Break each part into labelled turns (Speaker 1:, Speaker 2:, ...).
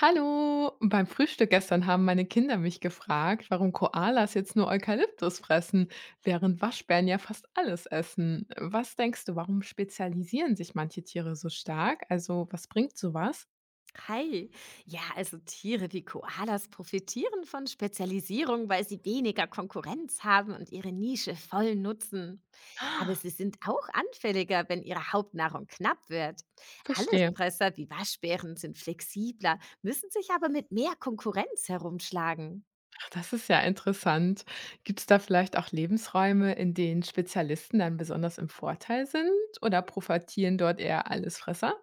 Speaker 1: Hallo, beim Frühstück gestern haben meine Kinder mich gefragt, warum Koalas jetzt nur Eukalyptus fressen, während Waschbären ja fast alles essen. Was denkst du, warum spezialisieren sich manche Tiere so stark? Also, was bringt sowas?
Speaker 2: Hi. Ja, also Tiere wie Koalas profitieren von Spezialisierung, weil sie weniger Konkurrenz haben und ihre Nische voll nutzen. Aber
Speaker 1: Ah,
Speaker 2: sie sind auch anfälliger, wenn ihre Hauptnahrung knapp wird.
Speaker 1: verstehe.
Speaker 2: Allesfresser wie Waschbären sind flexibler, müssen sich aber mit mehr Konkurrenz herumschlagen.
Speaker 1: Ach, das ist ja interessant. Gibt es da vielleicht auch Lebensräume, in denen Spezialisten dann besonders im Vorteil sind, oder profitieren dort eher Allesfresser?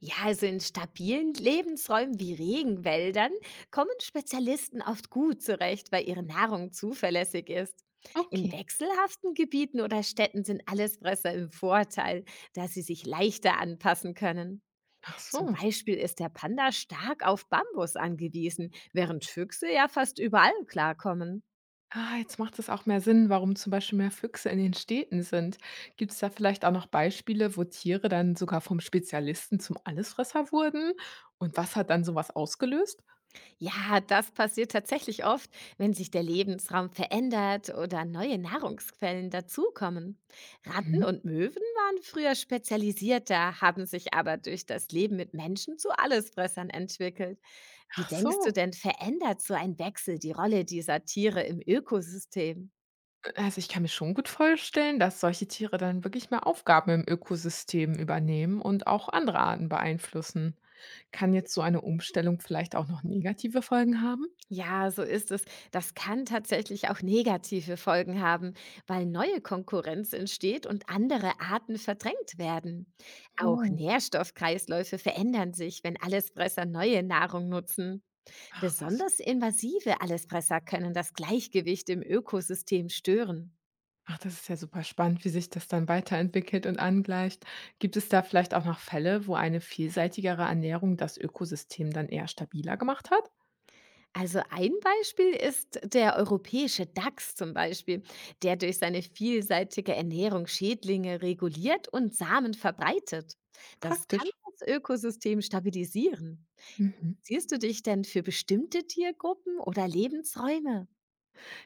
Speaker 2: Ja, also in stabilen Lebensräumen wie Regenwäldern kommen Spezialisten oft gut zurecht, weil ihre Nahrung zuverlässig ist. In
Speaker 1: Okay.
Speaker 2: wechselhaften Gebieten oder Städten sind Allesfresser im Vorteil, da sie sich leichter anpassen können.
Speaker 1: Ach
Speaker 2: Zum
Speaker 1: so.
Speaker 2: Beispiel ist der Panda stark auf Bambus angewiesen, während Füchse ja fast überall klarkommen.
Speaker 1: Ah, jetzt macht es auch mehr Sinn, warum zum Beispiel mehr Füchse in den Städten sind. Gibt es da vielleicht auch noch Beispiele, wo Tiere dann sogar vom Spezialisten zum Allesfresser wurden? Und was hat dann sowas ausgelöst?
Speaker 2: Ja, das passiert tatsächlich oft, wenn sich der Lebensraum verändert oder neue Nahrungsquellen dazukommen. Ratten
Speaker 1: Mhm.
Speaker 2: und Möwen waren früher spezialisierter, haben sich aber durch das Leben mit Menschen zu Allesfressern entwickelt. Wie
Speaker 1: Ach
Speaker 2: denkst du
Speaker 1: so.
Speaker 2: denn, verändert so ein Wechsel die Rolle dieser Tiere im Ökosystem?
Speaker 1: Also ich kann mir schon gut vorstellen, dass solche Tiere dann wirklich mehr Aufgaben im Ökosystem übernehmen und auch andere Arten beeinflussen. Kann jetzt so eine Umstellung vielleicht auch noch negative Folgen haben?
Speaker 2: Ja, so ist es. Das kann tatsächlich auch negative Folgen haben, weil neue Konkurrenz entsteht und andere Arten verdrängt werden. Auch
Speaker 1: Oh.
Speaker 2: Nährstoffkreisläufe verändern sich, wenn Allesfresser neue Nahrung nutzen.
Speaker 1: Ach was.
Speaker 2: Besonders invasive Allesfresser können das Gleichgewicht im Ökosystem stören.
Speaker 1: Ach, das ist ja super spannend, wie sich das dann weiterentwickelt und angleicht. Gibt es da vielleicht auch noch Fälle, wo eine vielseitigere Ernährung das Ökosystem dann eher stabiler gemacht hat?
Speaker 2: Also ein Beispiel ist der europäische Dachs zum Beispiel, der durch seine vielseitige Ernährung Schädlinge reguliert und Samen verbreitet. Das kann
Speaker 1: Praktisch.
Speaker 2: das Ökosystem stabilisieren.
Speaker 1: Mhm.
Speaker 2: Siehst du dich denn für bestimmte Tiergruppen oder Lebensräume?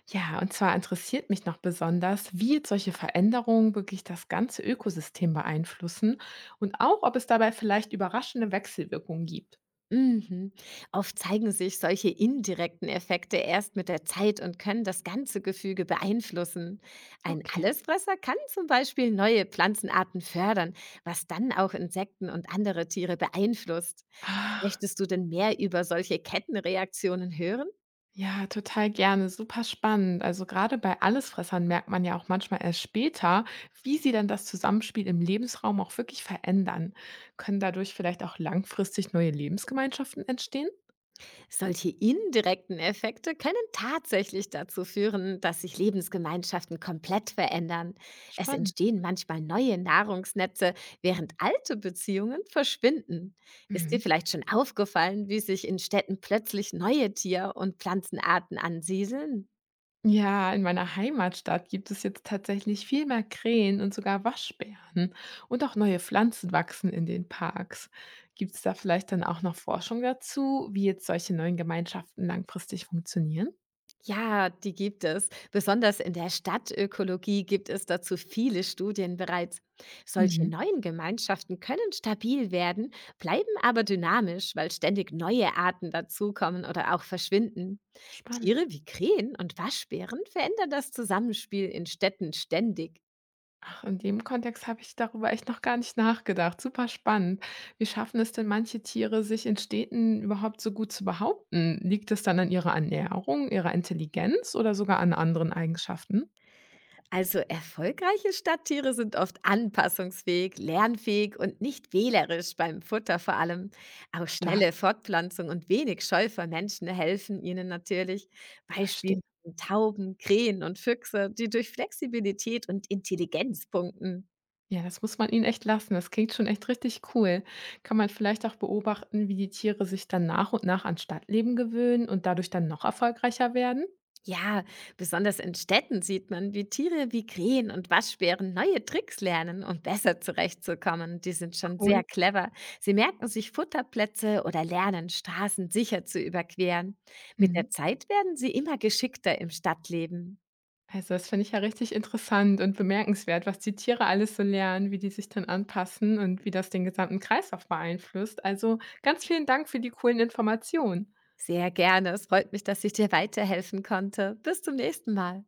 Speaker 1: Ja, und zwar interessiert mich noch besonders, wie jetzt solche Veränderungen wirklich das ganze Ökosystem beeinflussen, und auch, ob es dabei vielleicht überraschende Wechselwirkungen gibt.
Speaker 2: Mhm. Oft zeigen sich solche indirekten Effekte erst mit der Zeit und können das ganze Gefüge beeinflussen. Ein
Speaker 1: Okay.
Speaker 2: Allesfresser kann zum Beispiel neue Pflanzenarten fördern, was dann auch Insekten und andere Tiere beeinflusst.
Speaker 1: Ach,
Speaker 2: Möchtest du denn mehr über solche Kettenreaktionen hören?
Speaker 1: ja, total gerne. Super spannend. Also gerade bei Allesfressern merkt man ja auch manchmal erst später, wie sie dann das Zusammenspiel im Lebensraum auch wirklich verändern. Können dadurch vielleicht auch langfristig neue Lebensgemeinschaften entstehen?
Speaker 2: Solche indirekten Effekte können tatsächlich dazu führen, dass sich Lebensgemeinschaften komplett verändern. Es
Speaker 1: Spannend.
Speaker 2: entstehen manchmal neue Nahrungsnetze, während alte Beziehungen verschwinden. Ist dir
Speaker 1: Mhm.
Speaker 2: vielleicht schon aufgefallen, wie sich in Städten plötzlich neue Tier- und Pflanzenarten ansiedeln?
Speaker 1: Ja, in meiner Heimatstadt gibt es jetzt tatsächlich viel mehr Krähen und sogar Waschbären. Und auch neue Pflanzen wachsen in den Parks. Gibt es da vielleicht dann auch noch Forschung dazu, wie jetzt solche neuen Gemeinschaften langfristig funktionieren?
Speaker 2: Ja, die gibt es. Besonders in der Stadtökologie gibt es dazu viele Studien bereits. Solche
Speaker 1: Mhm.
Speaker 2: neuen Gemeinschaften können stabil werden, bleiben aber dynamisch, weil ständig neue Arten dazukommen oder auch verschwinden. Tiere
Speaker 1: Spannend.
Speaker 2: wie Krähen und Waschbären verändern das Zusammenspiel in Städten ständig.
Speaker 1: Ach, in dem Kontext habe ich darüber echt noch gar nicht nachgedacht. Super spannend. Wie schaffen es denn manche Tiere, sich in Städten überhaupt so gut zu behaupten? Liegt es dann an ihrer Ernährung, ihrer Intelligenz oder sogar an anderen Eigenschaften?
Speaker 2: Also erfolgreiche Stadttiere sind oft anpassungsfähig, lernfähig und nicht wählerisch beim Futter vor allem. Auch
Speaker 1: Stark,
Speaker 2: schnelle Fortpflanzung und wenig Scheu vor Menschen helfen ihnen natürlich. Beispiel
Speaker 1: verstehe.
Speaker 2: sind Tauben, Krähen und Füchse, die durch Flexibilität und Intelligenz punkten.
Speaker 1: Ja, das muss man ihnen echt lassen. Das klingt schon echt richtig cool. Kann man vielleicht auch beobachten, wie die Tiere sich dann nach und nach an Stadtleben gewöhnen und dadurch dann noch erfolgreicher werden?
Speaker 2: Ja, besonders in Städten sieht man, wie Tiere wie Krähen und Waschbären neue Tricks lernen, um besser zurechtzukommen. Die sind schon sehr
Speaker 1: Cool.
Speaker 2: clever. Sie merken sich Futterplätze oder lernen, Straßen sicher zu überqueren. Mit
Speaker 1: Mhm.
Speaker 2: der Zeit werden sie immer geschickter im Stadtleben.
Speaker 1: Also, das finde ich ja richtig interessant und bemerkenswert, was die Tiere alles so lernen, wie die sich dann anpassen und wie das den gesamten Kreislauf beeinflusst. Also, ganz vielen Dank für die coolen Informationen.
Speaker 2: Sehr gerne. Es freut mich, dass ich dir weiterhelfen konnte. Bis zum nächsten Mal.